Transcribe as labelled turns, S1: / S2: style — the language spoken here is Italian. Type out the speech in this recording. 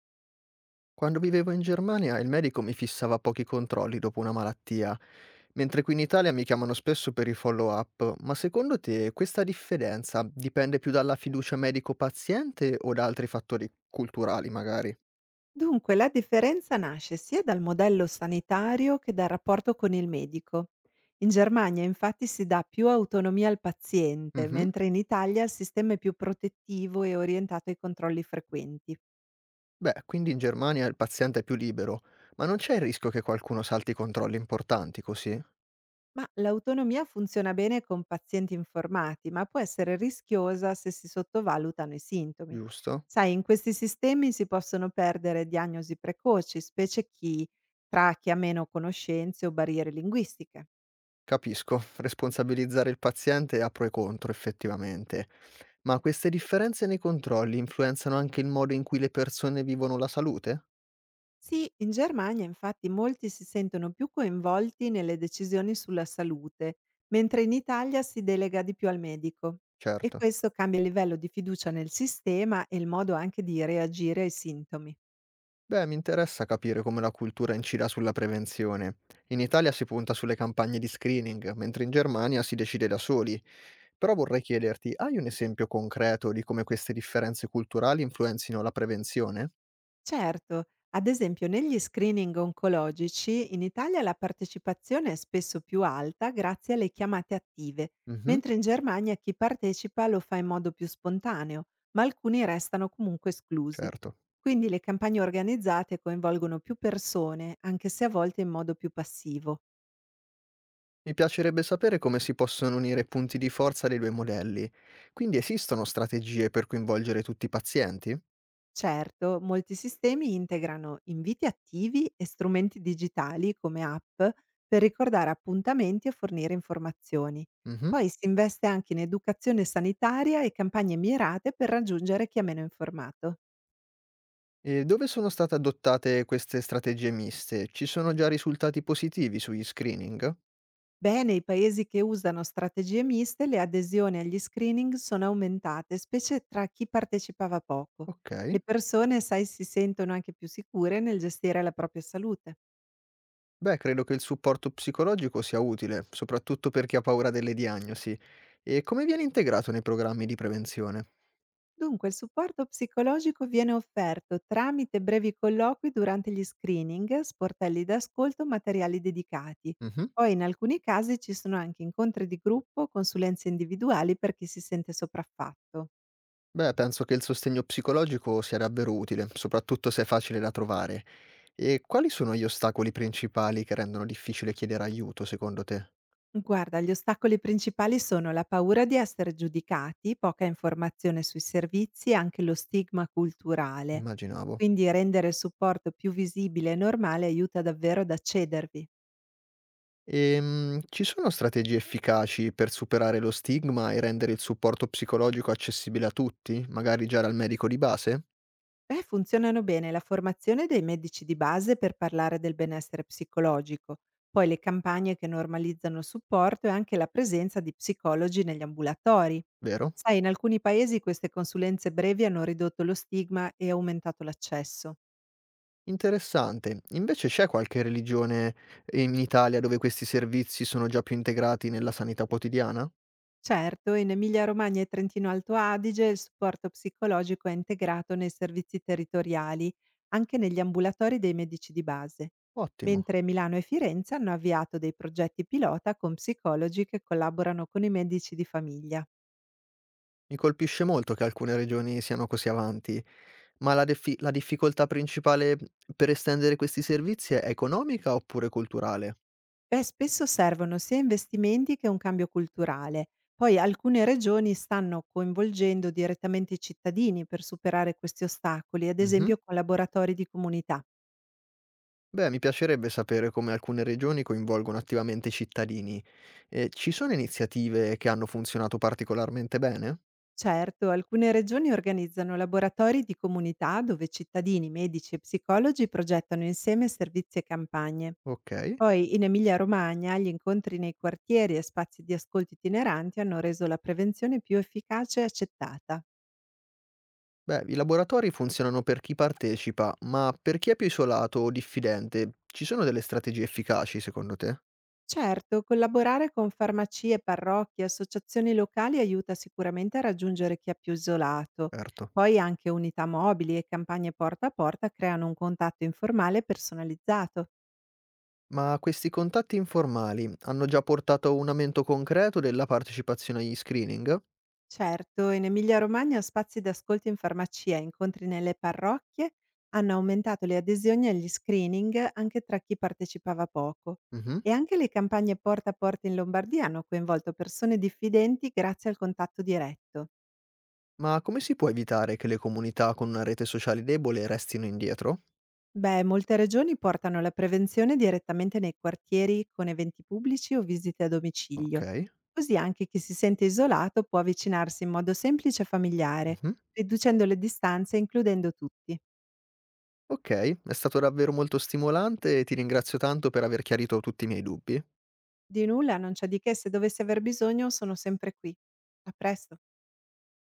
S1: Quando vivevo in Germania il medico mi fissava pochi controlli dopo una malattia, mentre qui in Italia mi chiamano spesso per i follow-up. Ma secondo te questa differenza dipende più dalla fiducia medico-paziente o da altri fattori culturali, magari?
S2: Dunque, la differenza nasce sia dal modello sanitario che dal rapporto con il medico. In Germania infatti si dà più autonomia al paziente,
S1: Mhm.
S2: mentre in Italia il sistema è più protettivo e orientato ai controlli frequenti.
S1: Beh, quindi in Germania il paziente è più libero, ma non c'è il rischio che qualcuno salti i controlli importanti così,
S2: Ma l'autonomia funziona bene con pazienti informati, ma può essere rischiosa se si sottovalutano i sintomi.
S1: giusto?
S2: Sai, in questi sistemi si possono perdere diagnosi precoci, specie chi tra chi ha meno conoscenze o barriere linguistiche.
S1: Capisco, responsabilizzare il paziente ha pro e contro effettivamente. Ma queste differenze nei controlli influenzano anche il modo in cui le persone vivono la salute?
S2: Sì, in Germania infatti molti si sentono più coinvolti nelle decisioni sulla salute, mentre in Italia si delega di più al medico. E
S1: Certo.
S2: questo cambia il livello di fiducia nel sistema e il modo anche di reagire ai sintomi.
S1: Beh, mi interessa capire come la cultura incida sulla prevenzione. In Italia si punta sulle campagne di screening, mentre in Germania si decide da soli. Però vorrei chiederti, hai un esempio concreto di come queste differenze culturali influenzino la prevenzione?
S2: Certo, ad esempio negli screening oncologici in Italia la partecipazione è spesso più alta grazie alle chiamate attive,
S1: Mhm,
S2: mentre in Germania chi partecipa lo fa in modo più spontaneo, ma alcuni restano comunque esclusi.
S1: certo.
S2: Quindi le campagne organizzate coinvolgono più persone, anche se a volte in modo più passivo.
S1: Mi piacerebbe sapere come si possono unire i punti di forza dei due modelli. Quindi esistono strategie per coinvolgere tutti i pazienti?
S2: Certo, molti sistemi integrano inviti attivi e strumenti digitali come app per ricordare appuntamenti e fornire informazioni.
S1: Mhm.
S2: Poi si investe anche in educazione sanitaria e campagne mirate per raggiungere chi è meno informato.
S1: E dove sono state adottate queste strategie miste? Ci sono già risultati positivi sugli screening?
S2: Beh, nei paesi che usano strategie miste le adesioni agli screening sono aumentate, specie tra chi partecipava poco.
S1: Ok.
S2: Le persone, sai, si sentono anche più sicure nel gestire la propria salute.
S1: Beh, credo che il supporto psicologico sia utile, soprattutto per chi ha paura delle diagnosi. E come viene integrato nei programmi di prevenzione?
S2: Dunque, il supporto psicologico viene offerto tramite brevi colloqui durante gli screening, sportelli d'ascolto, materiali dedicati.
S1: Mhm.
S2: Poi in alcuni casi ci sono anche incontri di gruppo, consulenze individuali per chi si sente sopraffatto.
S1: Beh, penso che il sostegno psicologico sia davvero utile, soprattutto se è facile da trovare. E quali sono gli ostacoli principali che rendono difficile chiedere aiuto, secondo te?
S2: Guarda, gli ostacoli principali sono la paura di essere giudicati, poca informazione sui servizi e anche lo stigma culturale.
S1: Immaginavo.
S2: Quindi rendere il supporto più visibile e normale aiuta davvero ad accedervi.
S1: Ci sono strategie efficaci per superare lo stigma e rendere il supporto psicologico accessibile a tutti, magari già dal medico di base?
S2: Beh, funzionano bene la formazione dei medici di base per parlare del benessere psicologico, poi le campagne che normalizzano il supporto e anche la presenza di psicologi negli ambulatori.
S1: Vero?
S2: Sai, in alcuni paesi queste consulenze brevi hanno ridotto lo stigma e aumentato l'accesso.
S1: Interessante. Invece c'è qualche religione in Italia dove questi servizi sono già più integrati nella sanità quotidiana?
S2: Certo, in Emilia Romagna e Trentino Alto Adige il supporto psicologico è integrato nei servizi territoriali, anche negli ambulatori dei medici di base,
S1: Ottimo.
S2: mentre Milano e Firenze hanno avviato dei progetti pilota con psicologi che collaborano con i medici di famiglia.
S1: Mi colpisce molto che alcune regioni siano così avanti, ma la difficoltà principale per estendere questi servizi è economica oppure culturale?
S2: Beh, spesso servono sia investimenti che un cambio culturale. Poi alcune regioni stanno coinvolgendo direttamente i cittadini per superare questi ostacoli, ad
S1: Mhm.
S2: esempio con laboratori di comunità.
S1: Beh, mi piacerebbe sapere come alcune regioni coinvolgono attivamente i cittadini. Ci sono iniziative che hanno funzionato particolarmente bene?
S2: Certo, alcune regioni organizzano laboratori di comunità dove cittadini, medici e psicologi progettano insieme servizi e campagne.
S1: Ok.
S2: Poi in Emilia-Romagna gli incontri nei quartieri e spazi di ascolto itineranti hanno reso la prevenzione più efficace e accettata.
S1: Beh, i laboratori funzionano per chi partecipa, ma per chi è più isolato o diffidente, ci sono delle strategie efficaci secondo te?
S2: Certo, collaborare con farmacie, parrocchie, associazioni locali aiuta sicuramente a raggiungere chi è più isolato.
S1: Certo.
S2: Poi anche unità mobili e campagne porta a porta creano un contatto informale e personalizzato.
S1: Ma questi contatti informali hanno già portato a un aumento concreto della partecipazione agli screening?
S2: Certo, in Emilia-Romagna spazi d'ascolto in farmacia e incontri nelle parrocchie hanno aumentato le adesioni agli screening anche tra chi partecipava poco
S1: Mhm.
S2: e anche le campagne porta a porta in Lombardia hanno coinvolto persone diffidenti grazie al contatto diretto.
S1: Ma come si può evitare che le comunità con una rete sociale debole restino indietro?
S2: Beh, molte regioni portano la prevenzione direttamente nei quartieri con eventi pubblici o visite a domicilio.
S1: Ok.
S2: Così anche chi si sente isolato può avvicinarsi in modo semplice e familiare,
S1: Mhm.
S2: riducendo le distanze e includendo tutti.
S1: Okay, è stato davvero molto stimolante e ti ringrazio tanto per aver chiarito tutti i miei dubbi.
S2: Di nulla, non c'è di che, se dovessi aver bisogno sono sempre qui. A presto.